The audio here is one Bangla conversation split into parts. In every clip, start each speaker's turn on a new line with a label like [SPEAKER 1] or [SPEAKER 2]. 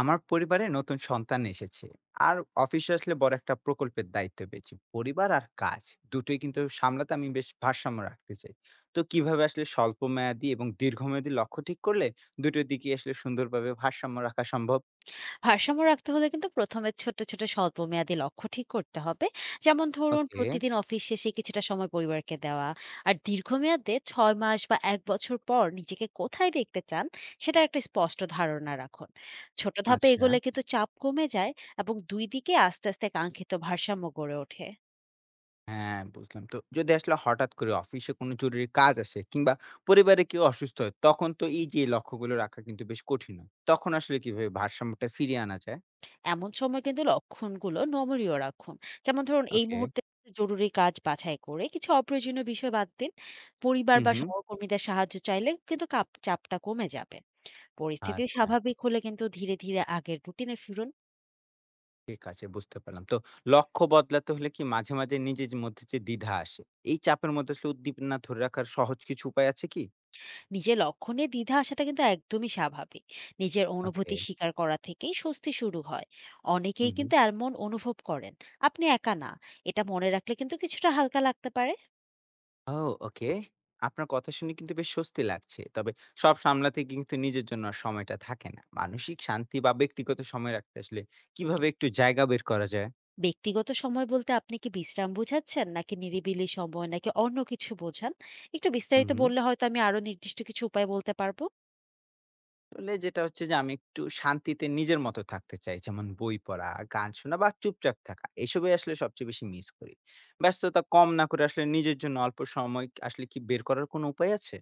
[SPEAKER 1] আমার পরিবারে নতুন সন্তান এসেছে আর অফিসে আসলে বড় একটা প্রকল্পের দায়িত্ব পেয়েছি পরিবার আর কাজ দুটোই কিন্তু সামলাতে আমি বেশ ভারসাম্য রাখতে চাই। তো কিভাবে আসলে স্বল্প মেয়াদি এবং দীর্ঘমেয়াদী লক্ষ্য ঠিক করলে দুটো দিকে আসলে সুন্দরভাবে ভারসাম্য রাখা সম্ভব?
[SPEAKER 2] ভারসাম্য রাখতে হলে কিন্তু প্রথমে ছোট ছোট স্বল্পমেয়াদী লক্ষ্য ঠিক করতে হবে। যেমন ধরুন,
[SPEAKER 1] ওকে।
[SPEAKER 2] প্রতিদিন অফিস শেষে কিছুটা সময় পরিবারকে দেওয়া। আর দীর্ঘমেয়াদে ছয় মাস বা এক বছর পর নিজেকে কোথায় দেখতে চান, সেটার একটা স্পষ্ট ধারণা রাখুন। ছোট ধাপে
[SPEAKER 1] আচ্ছা।
[SPEAKER 2] এগোলে কিন্তু চাপ কমে যায় এবং দুই দিকে আস্তে আস্তে কাঙ্ক্ষিত ভারসাম্য গড়ে ওঠে।
[SPEAKER 1] হ্যাঁ, বুঝলাম। তো যদি আসলে হঠাৎ করে অফিসে কোনো জরুরি কাজ আসে কিংবা পরিবারে কেউ অসুস্থ হয় তখন তো এই যে লক্ষ্যগুলো রাখা কিন্তু বেশ কঠিন হয়, তখন আসলে কিভাবে ভারসাম্যটা ফিরিয়ে আনা যায়?
[SPEAKER 2] এমন সময় কিন্তু লক্ষণগুলো নমনীয় রাখুন। যেমন ধরুন, এই
[SPEAKER 1] ওকে।
[SPEAKER 2] মুহূর্তে জরুরি কাজ বাছাই করে কিছু অপ্রয়োজনীয় বিষয় বাদ দিন। পরিবার
[SPEAKER 1] হুম,
[SPEAKER 2] বা
[SPEAKER 1] হুম।
[SPEAKER 2] সহকর্মীদের সাহায্য চাইলে কিন্তু কাপ চাপটা কমে যাবে। পরিস্থিতি
[SPEAKER 1] আচ্ছা,
[SPEAKER 2] স্বাভাবিক হলে কিন্তু ধীরে, ধীরে আগের রুটিনে ফিরুন।
[SPEAKER 1] ঠিক আছে, বুঝতে পারলাম। তো লক্ষ্য বদলাতে হলে কি মাঝে, মাঝে নিজের যে মধ্যে যে দ্বিধা আসে, এই চাপের মধ্যে আসলে উদ্দীপনা ধরে রাখার সহজ কিছু উপায় আছে কি?
[SPEAKER 2] নিজের লক্ষ্য নিয়ে দ্বিধা আসাটা কিন্তু একদমই স্বাভাবিক। নিজের
[SPEAKER 1] ওকে।
[SPEAKER 2] অনুভূতি স্বীকার করা থেকেই স্বস্তি শুরু হয়। অনেকেই
[SPEAKER 1] হুম, হুম।
[SPEAKER 2] কিন্তু এমন অনুভব করেন। আপনি একা না। এটা মনে রাখলে কিন্তু কিছুটা হালকা লাগতে পারে।
[SPEAKER 1] ও ওকে। আপনার কথা শুনে কিন্তু বেশ স্বস্তি লাগছে। তবে সব সামলাতে কিন্তু নিজের জন্য আর সময়টা থাকে না। মানসিক শান্তি বা ব্যক্তিগত সময় রাখতে আসলে কিভাবে একটু জায়গা বের করা যায়?
[SPEAKER 2] ব্যক্তিগত সময় বলতে আপনি কি বিশ্রাম বোঝাচ্ছেন? নাকি নিরিবিলি সময়? নাকি অন্য কিছু বোঝান? একটু
[SPEAKER 1] হুম,
[SPEAKER 2] বিস্তারিত
[SPEAKER 1] হুম।
[SPEAKER 2] বললে হয়তো আমি আরো নির্দিষ্ট কিছু উপায় বলতে পারব।
[SPEAKER 1] আসলে যেটা হচ্ছে যে আমি একটু শান্তিতে নিজের মতো থাকতে চাই। যেমন বই পড়া, গান শোনা বা চুপচাপ থাকা। এসবই আসলে সবচেয়ে বেশি মিস করি। ব্যস্ততা কম না করে আসলে নিজের জন্য অল্প সময় আসলে কি বের করার কোনো উপায় আছে?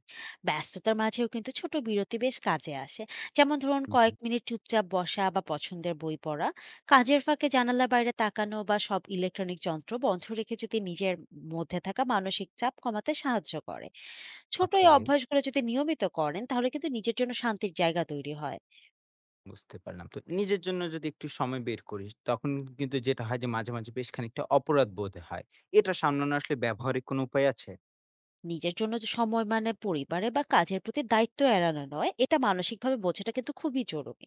[SPEAKER 2] ব্যস্ততার মাঝেও কিন্তু ছোট বিরতি বেশ কাজে আসে। যেমন ধরুন,
[SPEAKER 1] হুম,
[SPEAKER 2] কয়েক
[SPEAKER 1] হুম।
[SPEAKER 2] মিনিট চুপচাপ বসা বা পছন্দের বই পড়া। কাজের ফাঁকে জানালার বাইরে তাকানো বা সব ইলেকট্রনিক যন্ত্র বন্ধ রেখে যদি নিজের মধ্যে থাকা মানসিক চাপ কমাতে সাহায্য করে। ছোট এই
[SPEAKER 1] ওকে।
[SPEAKER 2] অভ্যাসগুলো যদি নিয়মিত করেন তাহলে কিন্তু নিজের জন্য শান্তির জায়গা তৈরি হয়।
[SPEAKER 1] বুঝতে পারলাম। তো নিজের জন্য যদি একটু সময় বের করিস, তখন কিন্তু যেটা হয় যে মাঝে, মাঝে বেশ খানিকটা অপরাধ বোধ হয়। এটা সামলানো আসলে ব্যবহারিক কোনো উপায় আছে?
[SPEAKER 2] নিজের জন্য যে সময়, মানে পরিবারে বা কাজের প্রতি দায়িত্ব এড়ানো নয়, এটা মানসিকভাবে বোঝাটা কিন্তু খুবই জরুরি।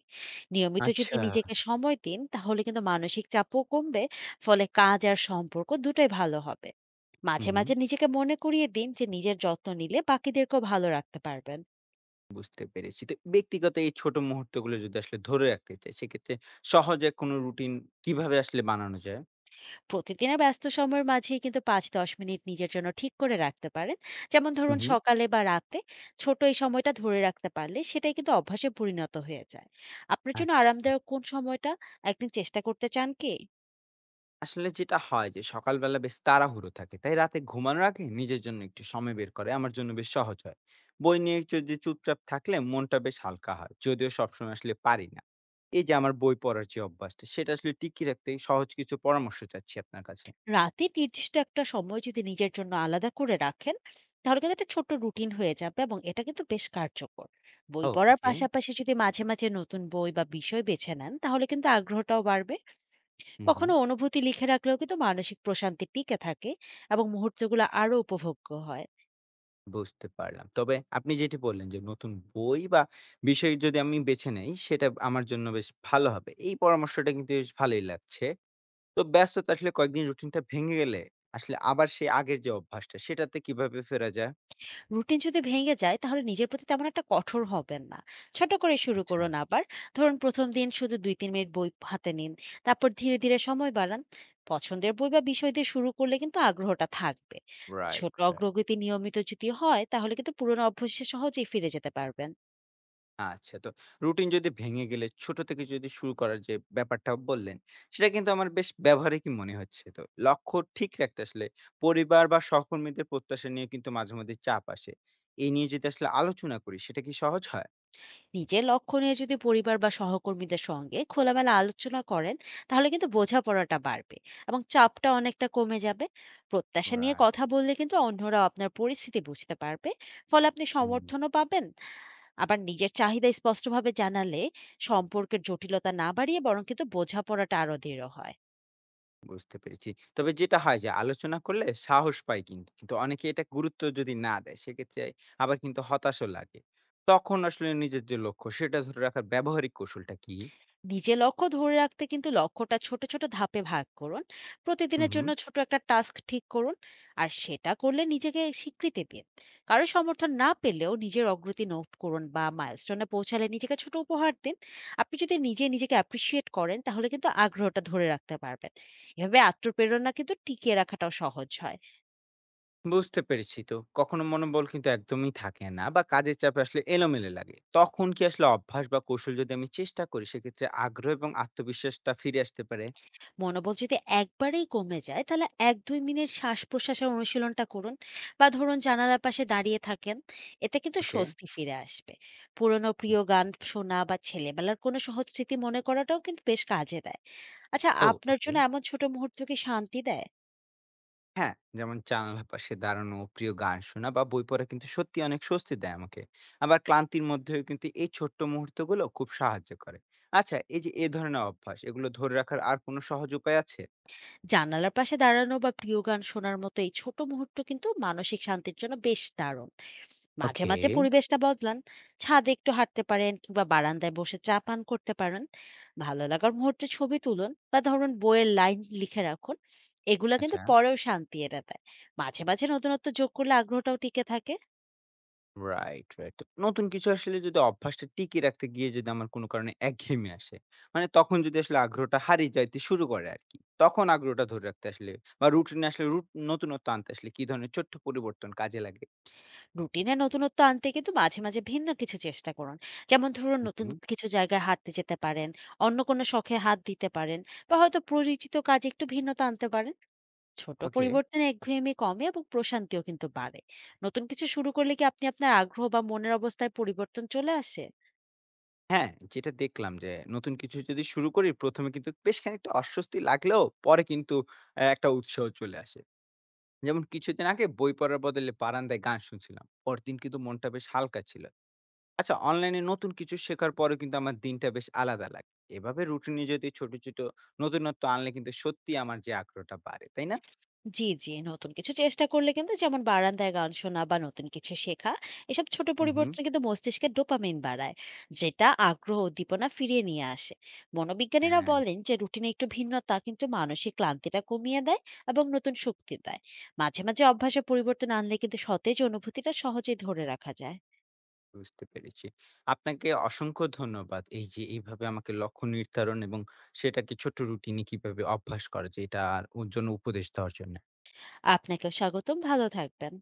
[SPEAKER 2] নিয়মিত যদি
[SPEAKER 1] আচ্ছা।
[SPEAKER 2] নিজেকে সময় দিন তাহলে কিন্তু মানসিক চাপও কমবে, ফলে কাজ আর সম্পর্ক দুটোই ভালো হবে। মাঝে,
[SPEAKER 1] হুম।
[SPEAKER 2] মাঝে নিজেকে মনে করিয়ে দিন যে নিজের যত্ন নিলে বাকিদেরকেও ভালো রাখতে পারবেন।
[SPEAKER 1] বুঝতে পেরেছি। তো ব্যক্তিগত এই ছোট মুহূর্তগুলো যদি আসলে ধরে রাখতে চাই, সেক্ষেত্রে সহজে কোনো রুটিন কিভাবে আসলে বানানো যায়?
[SPEAKER 2] প্রতিদিনের ব্যস্ত সময়ের মাঝেই কিন্তু ৫-১০ মিনিট নিজের জন্য ঠিক করে রাখতে পারেন। যেমন
[SPEAKER 1] হুম,
[SPEAKER 2] ধরুন,
[SPEAKER 1] হুম।
[SPEAKER 2] সকালে বা রাতে। ছোট এই সময়টা ধরে রাখতে পারলে সেটাই কিন্তু অভ্যাসে পরিণত হয়ে যায়। আপনার জন্য
[SPEAKER 1] আচ্ছা।
[SPEAKER 2] আরামদায়ক কোন সময়টা একদিন চেষ্টা করতে চান কি?
[SPEAKER 1] আসলে যেটা হয় যে সকালবেলা বেশ তাড়াহুড়ো থাকে। তাই রাতে ঘুমানোর আগে নিজের জন্য একটু সময় বের করে আমার জন্য বেশ সহজ হয়। বই নিয়ে যদি চুপচাপ থাকলে মনটা বেশ হালকা হয়। যদিও সবসময় আসলে পারি না। এই যে আমার বই পড়ার যে অভ্যাসটা, সেটা আসলে টিকিয়ে রাখতে সহজ কিছু পরামর্শ চাচ্ছি আপনার কাছে।
[SPEAKER 2] রাতে নির্দিষ্ট একটা সময় যদি নিজের জন্য আলাদা করে রাখেন, তাহলে কিন্তু একটা ছোট্ট রুটিন হয়ে যাবে এবং এটা কিন্তু বেশ কার্যকর। বই
[SPEAKER 1] ও
[SPEAKER 2] পড়ার
[SPEAKER 1] ওকে।
[SPEAKER 2] পাশাপাশি যদি মাঝে, মাঝে নতুন বই বা বিষয় বেছে নেন তাহলে কিন্তু আগ্রহটাও বাড়বে।
[SPEAKER 1] হুম, হুম।
[SPEAKER 2] কখনো অনুভূতি লিখে রাখলেও কিন্তু মানসিক প্রশান্তি টিকে থাকে এবং মুহূর্তগুলো আরো উপভোগ্য হয়।
[SPEAKER 1] বুঝতে পারলাম। তবে আপনি যেটি বললেন যে নতুন বই বা বিষয় যদি আমি বেছে নেই সেটা আমার জন্য বেশ ভালো হবে। এই পরামর্শটা কিন্তু বেশ ভালোই লাগছে। তো ব্যস্ততা আসলে কয়েকদিন রুটিনটা ভেঙে গেলে আসলে আবার সেই আগের যে অভ্যাসটা সেটাতে কিভাবে ফেরা যায়?
[SPEAKER 2] রুটিন যদি ভেঙে যায় তাহলে নিজের প্রতি তেমন একটা কঠোর হবেন না, ছোট করে শুরু
[SPEAKER 1] আচ্ছা।
[SPEAKER 2] করুন আবার। ধরুন, প্রথম দিন শুধু দুই তিন মিনিট বই হাতে নিন, তারপর ধীরে ধীরে সময় বাড়ান। পছন্দের বই বা বিষয় দিয়ে শুরু করলে কিন্তু আগ্রহটা থাকবে।
[SPEAKER 1] রাইট,
[SPEAKER 2] ছোট
[SPEAKER 1] রাইট।
[SPEAKER 2] অগ্রগতি নিয়মিত যদি হয় তাহলে কিন্তু পুরোনো অভ্যাসে সহজেই ফিরে যেতে পারবেন।
[SPEAKER 1] আচ্ছা, তো রুটিন যদি ভেঙে গেলে ছোট থেকে যদি শুরু করার যে ব্যাপারটা বললেন সেটা কিন্তু আমার বেশ ব্যবহারিকই মনে হচ্ছে। তো লক্ষ্য ঠিক রাখতে আসলে পরিবার বা সহকর্মীদের প্রত্যাশা নিয়ে কিন্তু মাঝে মধ্যে চাপ আসে, এই নিয়ে যদি আসলে আলোচনা করি সেটা কি সহজ হয়?
[SPEAKER 2] নিজের লক্ষ্য নিয়ে যদি পরিবার বা সহকর্মীদের সঙ্গে খোলামেলা আলোচনা করেন, তাহলে কিন্তু বোঝাপড়াটা বাড়বে এবং চাপটা অনেকটা কমে যাবে। প্রত্যাশা নিয়ে
[SPEAKER 1] রাইট।
[SPEAKER 2] কথা বললে কিন্তু অন্যরাও আপনার পরিস্থিতি বুঝতে পারবে, ফলে আপনি
[SPEAKER 1] হুম।
[SPEAKER 2] সমর্থনও পাবেন। আবার নিজের চাহিদা স্পষ্টভাবে জানালে সম্পর্কের জটিলতা না বাড়িয়ে বরং কিন্তু বোঝাপড়াটা আরো দৃঢ় হয়।
[SPEAKER 1] বুঝতে পেরেছি। তবে যেটা হয় যে আলোচনা করলে সাহস পায় কিন্তু কিন্তু অনেকে এটা গুরুত্ব যদি না দেয় সেক্ষেত্রে আবার কিন্তু হতাশও লাগে। তখন আসলে নিজের যে লক্ষ্য সেটা ধরে রাখার ব্যবহারিক কৌশলটা কি?
[SPEAKER 2] নিজের লক্ষ্য ধরে রাখতে কিন্তু লক্ষ্যটা ছোট ছোট ধাপে ভাগ করুন।
[SPEAKER 1] হুম,
[SPEAKER 2] প্রতিদিনের
[SPEAKER 1] হুম।
[SPEAKER 2] জন্য ছোট একটা টাস্ক ঠিক করুন আর সেটা করলে নিজেকে স্বীকৃতি দিন। কারো সমর্থন না পেলেও নিজের অগ্রগতি নোট করুন বা মাইলস্টোনে পৌঁছালে নিজেকে ছোট উপহার দিন। আপনি যদি নিজে নিজেকে অ্যাপ্রিসিয়েট করেন তাহলে কিন্তু আগ্রহটা ধরে রাখতে পারবেন। এভাবে আত্মপ্রেরণা কিন্তু টিকিয়ে রাখাটাও সহজ হয়।
[SPEAKER 1] বুঝতে পেরেছি। তো কখনো মনোবল কিন্তু একদমই থাকে না বা কাজের চাপে আসলে এলোমেলো লাগে, তখন কি আসলে অভ্যাস বা কৌশল যদি আমি চেষ্টা করি সেক্ষেত্রে আগ্রহ এবং আত্মবিশ্বাসটা ফিরে আসতে পারে?
[SPEAKER 2] মনোবল যদি একবারেই কমে যায় তাহলে এক দুই মিনিট শ্বাস প্রশ্বাসের অনুশীলনটা করুন বা ধরুন জানালার পাশে দাঁড়িয়ে থাকেন। এতে কিন্তু
[SPEAKER 1] ওকে।
[SPEAKER 2] স্বস্তি ফিরে আসবে। পুরনো প্রিয় গান শোনা বা ছেলেবেলার কোনো সহজ স্মৃতি মনে করাটাও কিন্তু বেশ কাজে দেয়। আচ্ছা,
[SPEAKER 1] ও
[SPEAKER 2] আপনার
[SPEAKER 1] ওকে
[SPEAKER 2] জন্য এমন ছোট মুহূর্ত কি শান্তি দেয়?
[SPEAKER 1] হ্যাঁ, যেমন জানালার পাশে দাঁড়ানো, প্রিয় গান শোনা বা বই পড়া কিন্তু সত্যি অনেক স্বস্তি দেয় আমাকে। আবার ক্লান্তির মধ্যেও কিন্তু এই ছোট্ট মুহূর্তগুলো খুব সাহায্য করে। আচ্ছা, এই যে এ ধরনের অভ্যাস এগুলো ধরে রাখার আর কোনো সহজ উপায় আছে?
[SPEAKER 2] জানালার পাশে দাঁড়ানো বা প্রিয় গান শোনার মতো এই ছোট মুহূর্ত কিন্তু মানসিক শান্তির জন্য বেশ দারুণ। মাঝে
[SPEAKER 1] ওকে।
[SPEAKER 2] মাঝে পরিবেশটা বদলান। ছাদে একটু হাঁটতে পারেন কিংবা বারান্দায় বসে চা পান করতে পারেন। ভালো লাগার মুহূর্তে ছবি তুলুন বা ধরুন বইয়ের লাইন লিখে রাখুন। এগুলো কিন্তু
[SPEAKER 1] আচ্ছা।
[SPEAKER 2] পরেও শান্তি এনে দেয়। মাঝে মাঝে নতুনত্ব যোগ করলে আগ্রহটাও টিকে থাকে।
[SPEAKER 1] Right, right. নতুন কিছু আসলে যদি অভ্যাসটা টিকিয়ে রাখতে গিয়ে যদি আমার কোনো কারণে একঘেয়েমি আসে, মানে তখন যদি আসলে আগ্রহটা হারিয়ে যাইতে শুরু করে আরকি। তখন আগ্রহটা ধরে রাখতে আসলে বা রুটিনে আসলে নতুনত্ব আনতে আসলে কি ধরনের ছোট্ট পরিবর্তন কাজে লাগে?
[SPEAKER 2] রুটিনে নতুনত্ব আনতে কিন্তু মাঝে মাঝে ভিন্ন কিছু চেষ্টা করুন। যেমন ধরুন,
[SPEAKER 1] হু,
[SPEAKER 2] নতুন
[SPEAKER 1] হুম।
[SPEAKER 2] কিছু জায়গায় হাঁটতে যেতে পারেন, অন্য কোনো শখে হাত দিতে পারেন, বা হয়তো পরিচিত কাজে একটু ভিন্নতা আনতে পারেন। ছোট
[SPEAKER 1] ওকে।
[SPEAKER 2] পরিবর্তনে একঘেয়েমি কমে এবং প্রশান্তিও কিন্তু বাড়ে। নতুন কিছু শুরু করলে কি আপনি আপনার আগ্রহ বা মনের অবস্থায় পরিবর্তন চলে আসে?
[SPEAKER 1] হ্যাঁ, যেটা দেখলাম যে নতুন কিছু যদি শুরু করি ১ম এ কিন্তু বেশ খানিকটা অস্বস্তি লাগলেও পরে কিন্তু একটা উৎসাহ চলে আসে। যেমন কিছুদিন আগে বই পড়ার বদলে বারান্দায় গান শুনছিলাম। পরদিন কিন্তু মনটা বেশ হালকা ছিল। আচ্ছা, অনলাইনে নতুন কিছু শেখার পরেও কিন্তু আমার দিনটা বেশ আলাদা লাগে। এভাবে রুটিনে যদি ছোট, ছোট নতুনত্ব আনলে কিন্তু সত্যিই আমার যে আগ্রহটা বাড়ে। তাই না?
[SPEAKER 2] জি জি নতুন কিছু চেষ্টা করলে কিন্তু, যেমন বারান্দায় গান শোনা বা নতুন কিছু শেখা, এসব ছোট
[SPEAKER 1] হুম, হুম।
[SPEAKER 2] পরিবর্তন কিন্তু মস্তিষ্কে ডোপামিন বাড়ায়, যেটা আগ্রহ উদ্দীপনা ফিরিয়ে নিয়ে আসে। মনোবিজ্ঞানীরা
[SPEAKER 1] হ্যাঁ,
[SPEAKER 2] বলেন যে রুটিনে একটু ভিন্নতা কিন্তু মানসিক ক্লান্তিটা কমিয়ে দেয় এবং নতুন শক্তি দেয়। মাঝে মাঝে অভ্যাসে পরিবর্তন আনলে কিন্তু সতেজ অনুভূতিটা সহজেই ধরে রাখা যায়।
[SPEAKER 1] বুঝতে পেরেছি। আপনাকে অসংখ্য ধন্যবাদ। এই যে এইভাবে আমাকে লক্ষ্য নির্ধারণ এবং সেটাকে ছোট্ট রুটিনে কিভাবে অভ্যাস করা যায় এটার ওর জন্য উপদেশ দেওয়ার জন্য।
[SPEAKER 2] আপনাকেও স্বাগতম। ভালো থাকবেন।